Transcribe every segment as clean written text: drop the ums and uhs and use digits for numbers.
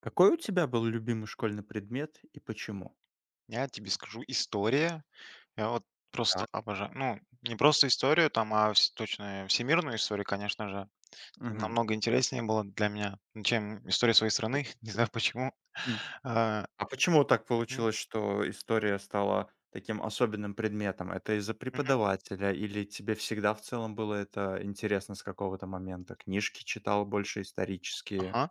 Какой у тебя был любимый школьный предмет и почему? Я тебе скажу, история. Я вот просто Так. обожаю. Ну, не просто историю там, а вс точно всемирную историю, конечно же. Мгм. Намного интереснее было для меня, ну, чем история своей страны. Не знаю почему. М. А, А почему так Мгм, получилось, что история стала таким особенным предметом? Это из-за мгм. преподавателя или тебе всегда в целом было это интересно с какого-то момента? Книжки читал больше исторические? Ага.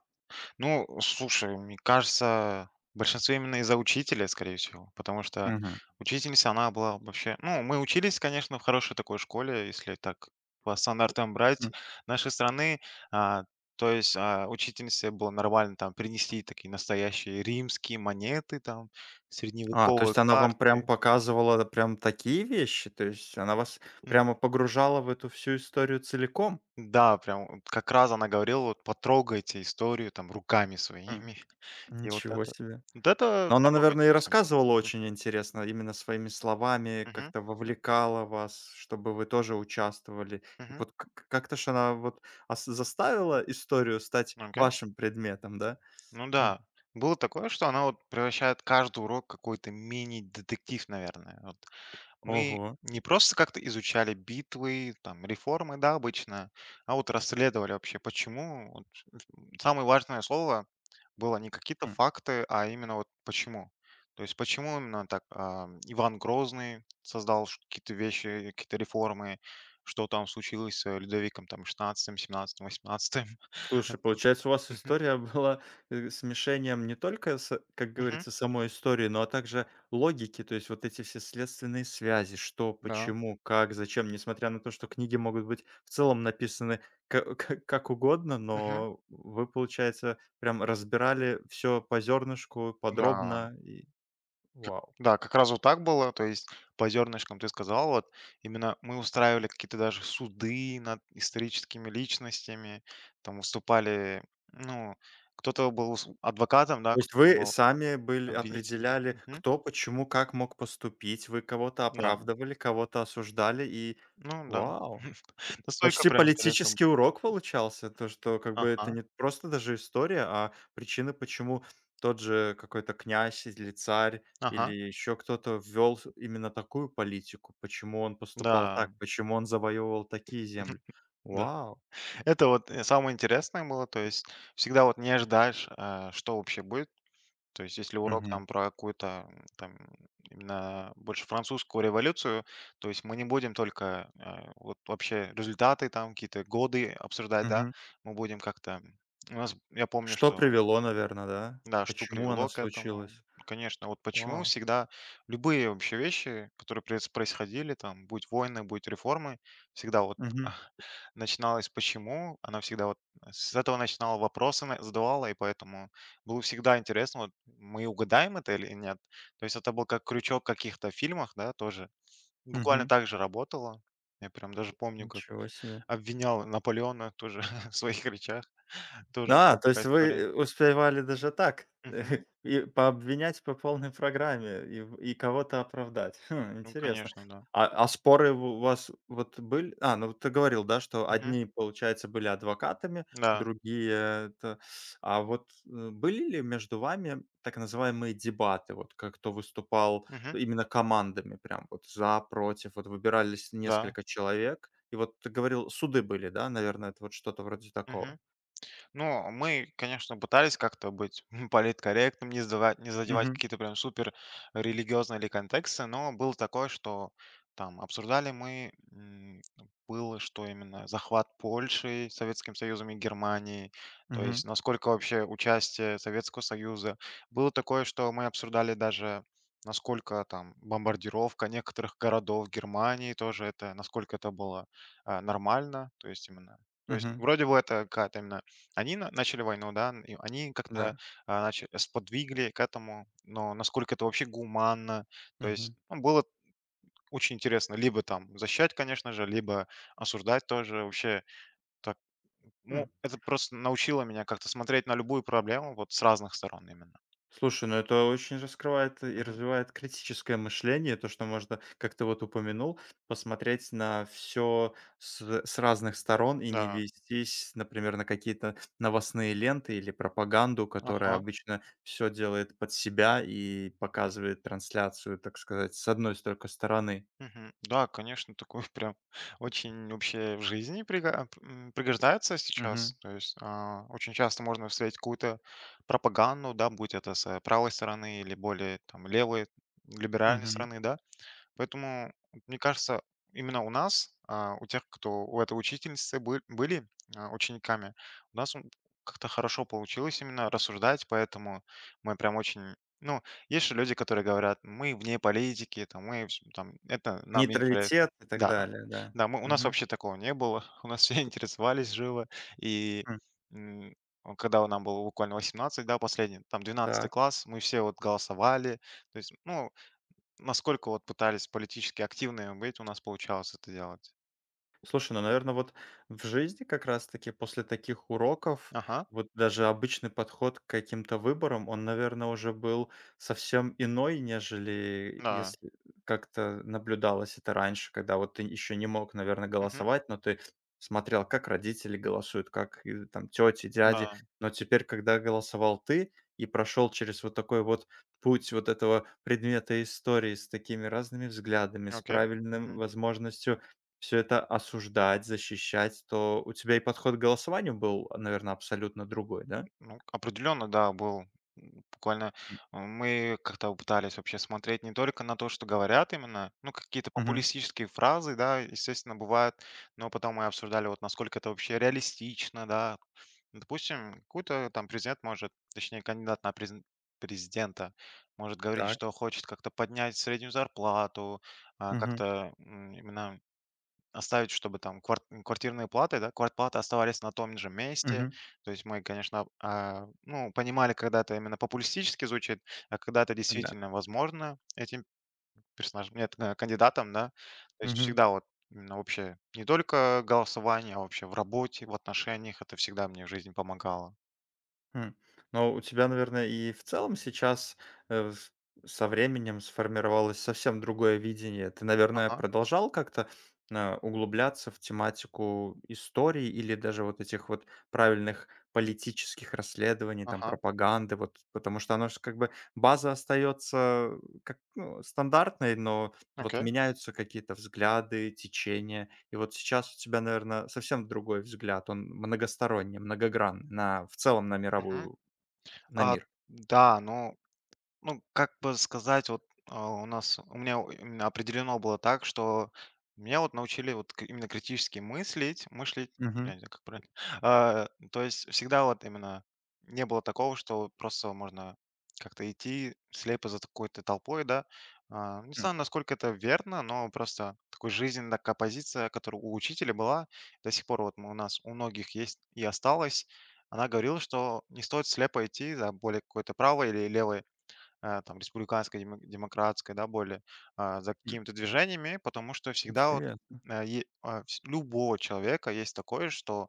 Ну, слушай, мне кажется, в большинстве именно из-за учителя, скорее всего, потому что Мгм. учительница, она была вообще... Ну, мы учились, конечно, в хорошей такой школе, если так по стандартам брать М. нашей страны. А, то есть учительнице было нормально там принести такие настоящие римские монеты, там, А, то средневековые есть она вам прям карты. показывала прям такие вещи? То есть она вас М. прямо погружала в эту всю историю целиком? Да, прям вот как раз она говорила, вот потрогайте историю там руками М. своими. И вот Ничего это... себе. Вот это Но она, намного наверное, и интереснее было. рассказывала Мгм, очень интересно, именно своими словами мгм, как-то вовлекала вас, чтобы вы тоже участвовали. И мгм. вот к к как-то ж она вот ас заставила историю стать Окей. вашим предметом, да? Ну М. да. Было такое, что она вот превращает каждый урок в какой-то мини-детектив, наверное. Вот мы Ого. не просто как-то изучали битвы, там, реформы, да, обычно, а вот расследовали вообще, почему. Вот самое важное слово было не какие-то факты, а именно вот почему. То есть почему именно так Иван Грозный создал какие-то вещи, какие-то реформы, что там случилось с Людовиком там XVI, XVII, XVIII. Слушай, получается, у вас Мгм, история была, смешением не только с как мгм. говорится, самой истории, но, а также логики. То есть вот эти все следственные связи: что, Да. почему, как, зачем. Несмотря на то, что книги могут быть в целом написаны ка ка как угодно, но вы, получается, прям разбирали все по зернышку, Да, подробно и вау. да, как раз вот так было. То есть по зернышкам ты сказал, вот именно мы устраивали какие-то даже суды над историческими личностями, там выступали, ну, кто-то был адвокатом, да, То есть кто-то вы был сами были обвинителем. определяли, Мгм. кто, почему, как мог поступить, вы кого-то Да, оправдывали, кого-то осуждали и ну да. вау! Настолько Почти прям интересно. было. политический урок получался, то, что как бы это Ага, не просто даже история, а причины, почему тот же какой-то князь или царь, или ага, еще кто-то ввел с именно такую политику, почему он поступал так, да. почему он завоевывал такие земли. Да. Вау! Это вот самое интересное было, то есть всегда вот не ожидаешь, что вообще будет. То есть если урок Мгм, там про какую-то, там именно больше французскую революцию, то есть мы не будем только, вот вообще результаты там, какие-то годы обсуждать, да, мгм. мы будем как-то у нас, я помню, Что что, привело, наверное да? да, что Почему она привело к этому. случилась? Конечно, вот почему Вау! всегда любые вообще вещи, которые происходили, там, будь войны, будь реформы, всегда вот Мгм, начиналась почему? Она всегда вот с этого начинала вопросы задавала, и поэтому было всегда интересно, вот мы угадаем это или нет. То есть это был как крючок в каких-то фильмах, да, тоже. Буквально мгм. так же работало. Я прям даже помню, как Ничего себе. обвинял Наполеона тоже в своих речах. Тоже А, была то такая есть вы, история. Успевали даже так Мгм. и пообвинять по полной программе и в и кого-то оправдать. Хм, Ну, интересно. конечно, да. А споры у вас вот были? А, ну вот ты говорил, да, что Мгм. одни, получается, были адвокатами, Да. другие это. А вот, были ли между вами так называемые дебаты? Вот как кто выступал Мгм. именно командами, прям вот за, против, вот выбирались Да. несколько человек? И вот ты говорил, суды были, да, наверное, это вот что-то вроде такого? Мгм. Ну, мы, конечно, пытались как-то быть политкорректным, не, задавать, не задевать какие-то прям супер религиозные или контексты, но было такое, что там обсуждали мы, было, что именно захват Польши Советским Союзом и Германии, то Мгм. есть насколько вообще участие Советского Союза. Было такое, что мы обсуждали даже насколько там бомбардировка некоторых городов Германии тоже это, насколько это было нормально, то есть именно то есть Мгм. вроде бы это какая-то именно они на начали войну, да, и они как-то, Да. Сподвигли к этому, но насколько это вообще гуманно, то есть, Мгм. ну, было очень интересно либо там защищать, конечно же, либо осуждать тоже. Вообще так, ну, М. это просто научило меня как-то смотреть на любую проблему вот с разных сторон именно. Слушай, ну это очень раскрывает и Мгм. развивает критическое мышление, то, что можно, как ты вот упомянул, посмотреть на все с разных сторон и не Да. вестись, например, на какие-то новостные ленты или пропаганду, которая Ага. обычно все делает под себя и показывает трансляцию, так сказать, с одной только стороны. Мгм. Да, конечно, такое прям очень вообще в жизни пригождается сейчас. Мгм. То есть очень часто можно встретить какую-то пропаганду, да, будь это с правой стороны или более там левой, либеральной Мгм. стороны, да. Поэтому, мне кажется, именно у нас, у тех, кто у этой учительницы были учениками, у нас как-то хорошо получилось именно рассуждать, поэтому мы прям очень. Ну, есть же люди, которые говорят, мы вне политики, там, мы там, это нам не интересно. Нейтралитет и так Да, далее, да. да, у нас Мгм. вообще такого не было, у нас все интересовались живо, и М. м, когда нам было буквально 18, да, последний, там двенадцатый Так. класс, мы все вот голосовали, то есть, ну, насколько вот пытались политически активными быть, у нас получалось это делать. Слушай, ну, наверное, вот в жизни как раз-таки после таких уроков Ага, вот даже обычный подход к каким-то выборам, он, наверное, уже был совсем иной, нежели да. если как-то наблюдалось это раньше, когда вот ты еще не мог, наверное, Мгм. голосовать, но ты смотрел, как родители голосуют, как и там тети, дяди. Да. Но теперь, когда голосовал ты и прошел через вот такой вот путь вот этого предмета истории с такими разными взглядами, с Окей. правильным Мгм. возможностью все это осуждать, защищать, то у тебя и подход к голосованию был, наверное, абсолютно другой, да? Ну, определенно, да, был. М, Буквально М. э, мы как-то пытались вообще смотреть не только на то, что говорят именно, ну, какие-то Мгм. популистические фразы, да, естественно, бывают, но потом мы обсуждали, вот насколько это вообще реалистично, да. Допустим, какой-то там президент может, точнее, кандидат на президента может говорить, Так. что хочет как-то поднять среднюю зарплату, Мгм. как-то именно оставить, чтобы там квартирные платы, да, квартплаты оставались на том же месте. Мгм. То есть мы, конечно, ну, понимали, когда это именно популистически звучит, а когда это Да. действительно возможно этим персонажам, нет, кандидатам, да. То есть Мгм. всегда вот именно вообще не только голосование, а вообще в работе, в отношениях. Это всегда мне в жизни помогало. Хм. Но у тебя, наверное, и в целом сейчас, с со временем сформировалось совсем другое видение. Ты, наверное, Ага, продолжал как-то, углубляться в тематику истории или даже вот этих вот правильных политических расследований, там, ага, пропаганды, вот, потому что оно же как бы база остается как, ну, стандартной, но вот окей. меняются какие-то взгляды, течения. И вот сейчас у тебя, наверное, совсем другой взгляд, он многосторонний, многогранный на в целом на Мгм. мировую на А, мир. да, ну, как бы сказать, вот, у нас у меня у именно определено было так, что меня вот научили вот к именно критически мыслить, я Мгм. не знаю, как правильно. То есть всегда вот именно не было такого, что просто можно как-то идти слепо за какой-то толпой, да. Не М, знаю, насколько это верно, но просто такой жизненная такая позиция, которая у учителя была, до сих пор вот у нас у многих есть и осталась. Она говорила, что не стоит слепо идти за более какой-то правой или левой там республиканской, демократской, да, более, за м. какими-то движениями, потому что всегда вот Интересно. Любого человека есть такое, что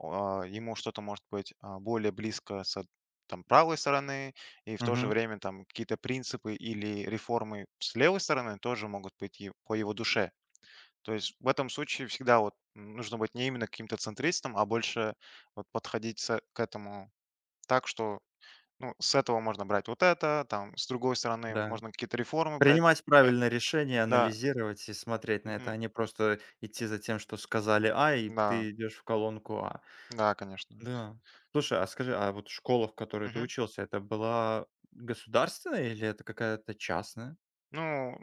ему что-то может быть более близко с там, правой стороны, и в то же Мгм. время там какие-то принципы или реформы с левой стороны тоже могут быть и по его душе. То есть в этом случае всегда вот нужно быть не именно каким-то центристом, а больше вот подходить к этому так, что ну, с этого можно брать вот это, там, с другой стороны Да. можно какие-то реформы брать. Принимать Э, правильное решение, да, анализировать и смотреть на это, мгм, а не просто идти за тем, что сказали "А", и да, ты идешь в колонку "А". да, конечно. Да. Слушай, а скажи, а вот школа, в которой ты Мгм. учился, это была государственная или это какая-то частная? Ну,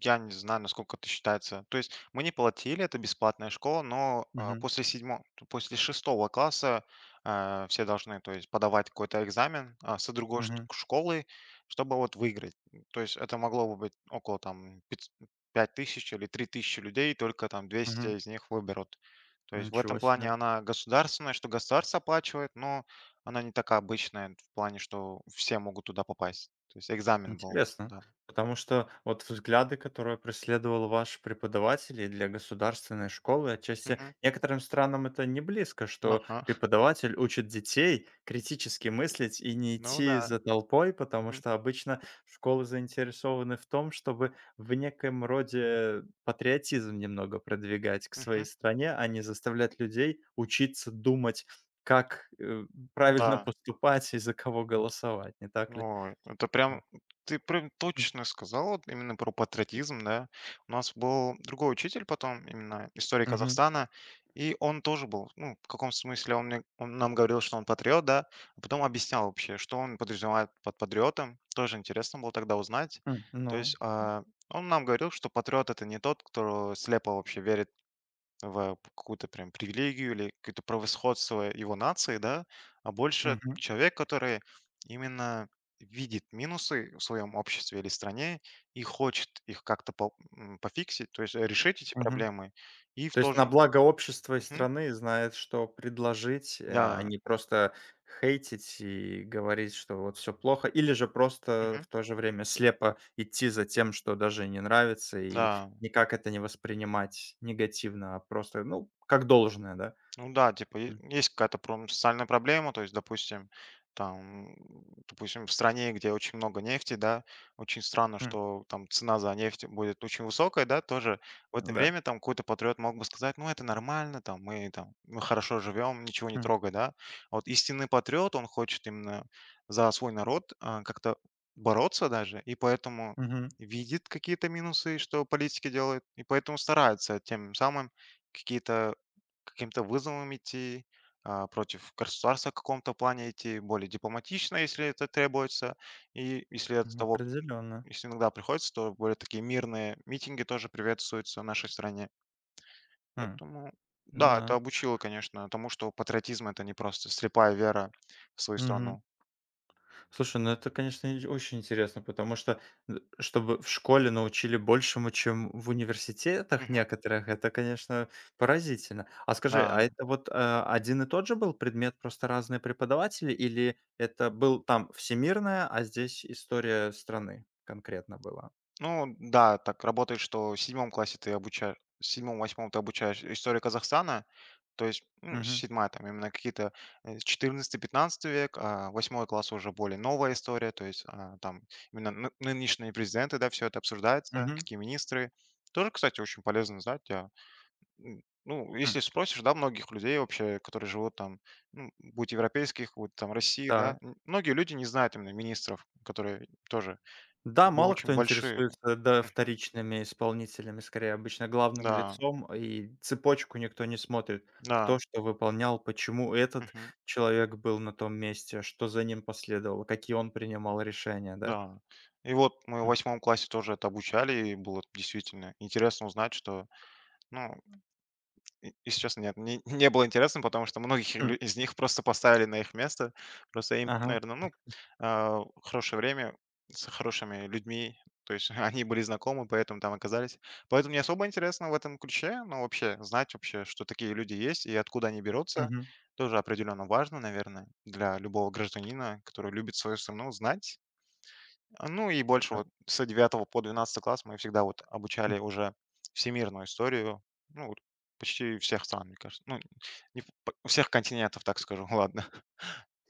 я не знаю, насколько это считается. То есть мы не платили, это бесплатная школа, но Мгм. после седьмого, после шестого класса все должны, то есть, подавать какой-то экзамен с другой Мгм. школы, чтобы вот выиграть. То есть это могло бы быть около там 5000 или 3000 людей, только там 200 Мгм. из них выберут. То есть в этом Ничего плане себе. она государственная, что государство оплачивает, но она не такая обычная в плане, что все могут туда попасть. То есть экзамен был, Интересно, да. потому что вот взгляды, которые преследовал ваш преподаватель и для государственной школы, отчасти некоторым странам это не близко, что Ага, преподаватель учит детей критически мыслить и не ну идти да. за толпой, потому Мгм, что обычно школы заинтересованы в том, чтобы в некоем роде патриотизм немного продвигать к своей мгм. стране, а не заставлять людей учиться думать, как правильно Да, поступать и за кого голосовать, не так ли? ну, это прям ты прям М, точно сказал вот именно про патриотизм, да. У нас был другой учитель потом, именно истории мгм. Казахстана, и он тоже был, ну, в каком смысле он нам говорил, что он патриот, да, а потом объяснял вообще, что он подразумевает под патриотом. Тоже интересно было тогда узнать. М, То есть, ну, он нам говорил, что патриот — это не тот, кто слепо вообще верит в какую-то прям привилегию или какое-то превосходство его нации, да, а больше мгм, человек, который именно видит минусы в своем обществе или стране и хочет их как-то пофиксить, то есть решить эти мгм. проблемы. И в То то есть на же. благо общества и Мгм. страны знает, что предложить, а Да. не просто хейтить и говорить, что вот все плохо, или же просто Мгм. в то же время слепо идти за тем, что даже не нравится, и Да. никак это не воспринимать негативно, а просто, ну, как должное, да? Ну да, типа е М, есть какая-то пром социальная проблема. То есть, допустим, там, допустим, в стране, где очень много нефти, да, очень странно, м, что там цена за нефть будет очень высокая, да, тоже. В это да, время там какой-то патриот мог бы сказать: "Ну, это нормально, там мы хорошо живем, ничего не м, трогай", да. А вот истинный патриот, он хочет именно за свой народ, как-то бороться даже, и поэтому видит какие-то минусы, что политики делают, и поэтому старается тем самым какие-то каким-то вызовом идти, против государства в каком-то плане идти, более дипломатично, если это требуется. И если от того, определенно. если иногда приходится, то более такие мирные митинги тоже приветствуются в нашей стране. Поэтому, да, это Да, обучило, конечно, тому, что патриотизм — это не просто слепая вера в свою мгм. страну. Слушай, ну это, конечно, и очень интересно, потому что, чтобы в школе научили большему, чем в университетах Мгм. некоторых, это, конечно, поразительно. А скажи, Да. а это вот один и тот же был предмет, просто разные преподаватели, или это был там всемирная, а здесь история страны конкретно была? Ну да, так работает, что в седьмом классе ты обучаешь, в седьмом, восьмом ты обучаешь историю Казахстана. То есть, ну, Угу. 7 там именно какие-то, XIV-XV век, а 8 класс уже более новая история. То есть, там именно ны нынешние президенты, да, все это обсуждается, Угу. какие министры. Тоже, кстати, очень полезно знать. Ну, если спросишь, да, многих людей вообще, которые живут там, ну, будь европейских, будь там России, да, многие люди не знают именно министров, которые тоже Да, как бы мало кто очень большие. интересуется, да, вторичными исполнителями, скорее обычно главным Да, лицом, и цепочку никто не смотрит. да, Кто что выполнял, почему этот мгм, человек был на том месте, что за ним последовало, какие он принимал решения, да? да. И вот мы в М, восьмом классе тоже это обучали, и было действительно интересно узнать, что, ну, И если честно, нет, не было интересно, потому что многих хм, лю из них просто поставили на их место. Просто им, ага, наверное, ну, хорошее время с хорошими людьми, то есть они были знакомы, поэтому там оказались. Поэтому не особо интересно в этом ключе, но вообще знать вообще, что такие люди есть и откуда они берутся, мгм. тоже определенно важно, наверное, для любого гражданина, который любит свою страну, знать. Ну и больше Это вот с девятого по двенадцатый класс мы всегда вот обучали уже всемирную историю, ну, вот почти всех стран, мне кажется. Ну, не всех континентов, так скажу, ладно.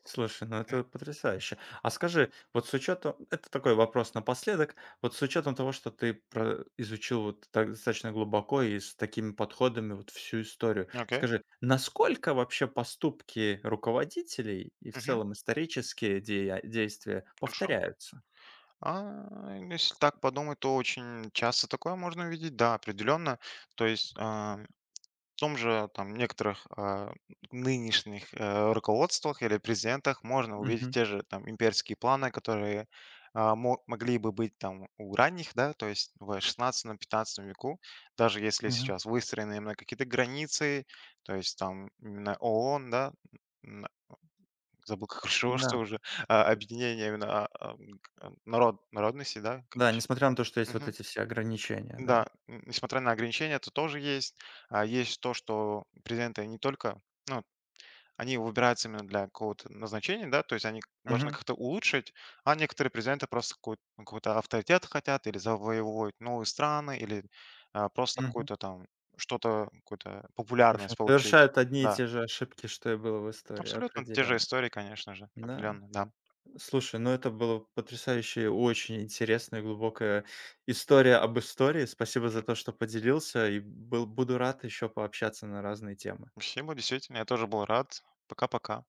Слушай, ну это потрясающе. А скажи, вот с учетом, это такой вопрос напоследок, вот с учетом того, что ты изучил вот так достаточно глубоко и с такими подходами вот всю историю, Окей. скажи, насколько вообще поступки руководителей и в Мгм. целом исторические действия Хорошо. повторяются? А, Если так подумать, то очень часто такое можно увидеть, да, определенно. То есть в том же там некоторых нынешних руководствах или президентах можно увидеть Мгм. те же там имперские планы, которые могли бы быть там у ранних, да, то есть в шестнадцатом-пятнадцатом веку, даже если Мгм. сейчас выстроены именно какие-то границы, то есть там именно ООН, да, н- забыл, как Да, что уже, объединение именно народности, да, да, короче. несмотря на то, что есть вот эти все ограничения, Да, да. н несмотря на ограничения, это тоже есть. А есть то, что президенты не только ну, они выбираются именно для какого-то назначения, да, то есть они должны Мгм. как-то улучшить, а некоторые президенты просто какой ну, какой-то авторитет хотят или завоевывают новые страны, или, просто Мгм. какую-то там что-то, какую-то В общем, популярность получить. совершают одни и Да, те же ошибки, что и было в истории, абсолютно те же определенно. истории, конечно же, Да. определенно, да. Слушай, ну это было потрясающе, очень интересная, глубокая история об истории. Спасибо за то, что поделился, и буду рад еще пообщаться на разные темы. Спасибо, действительно, я тоже был рад. Пока-пока.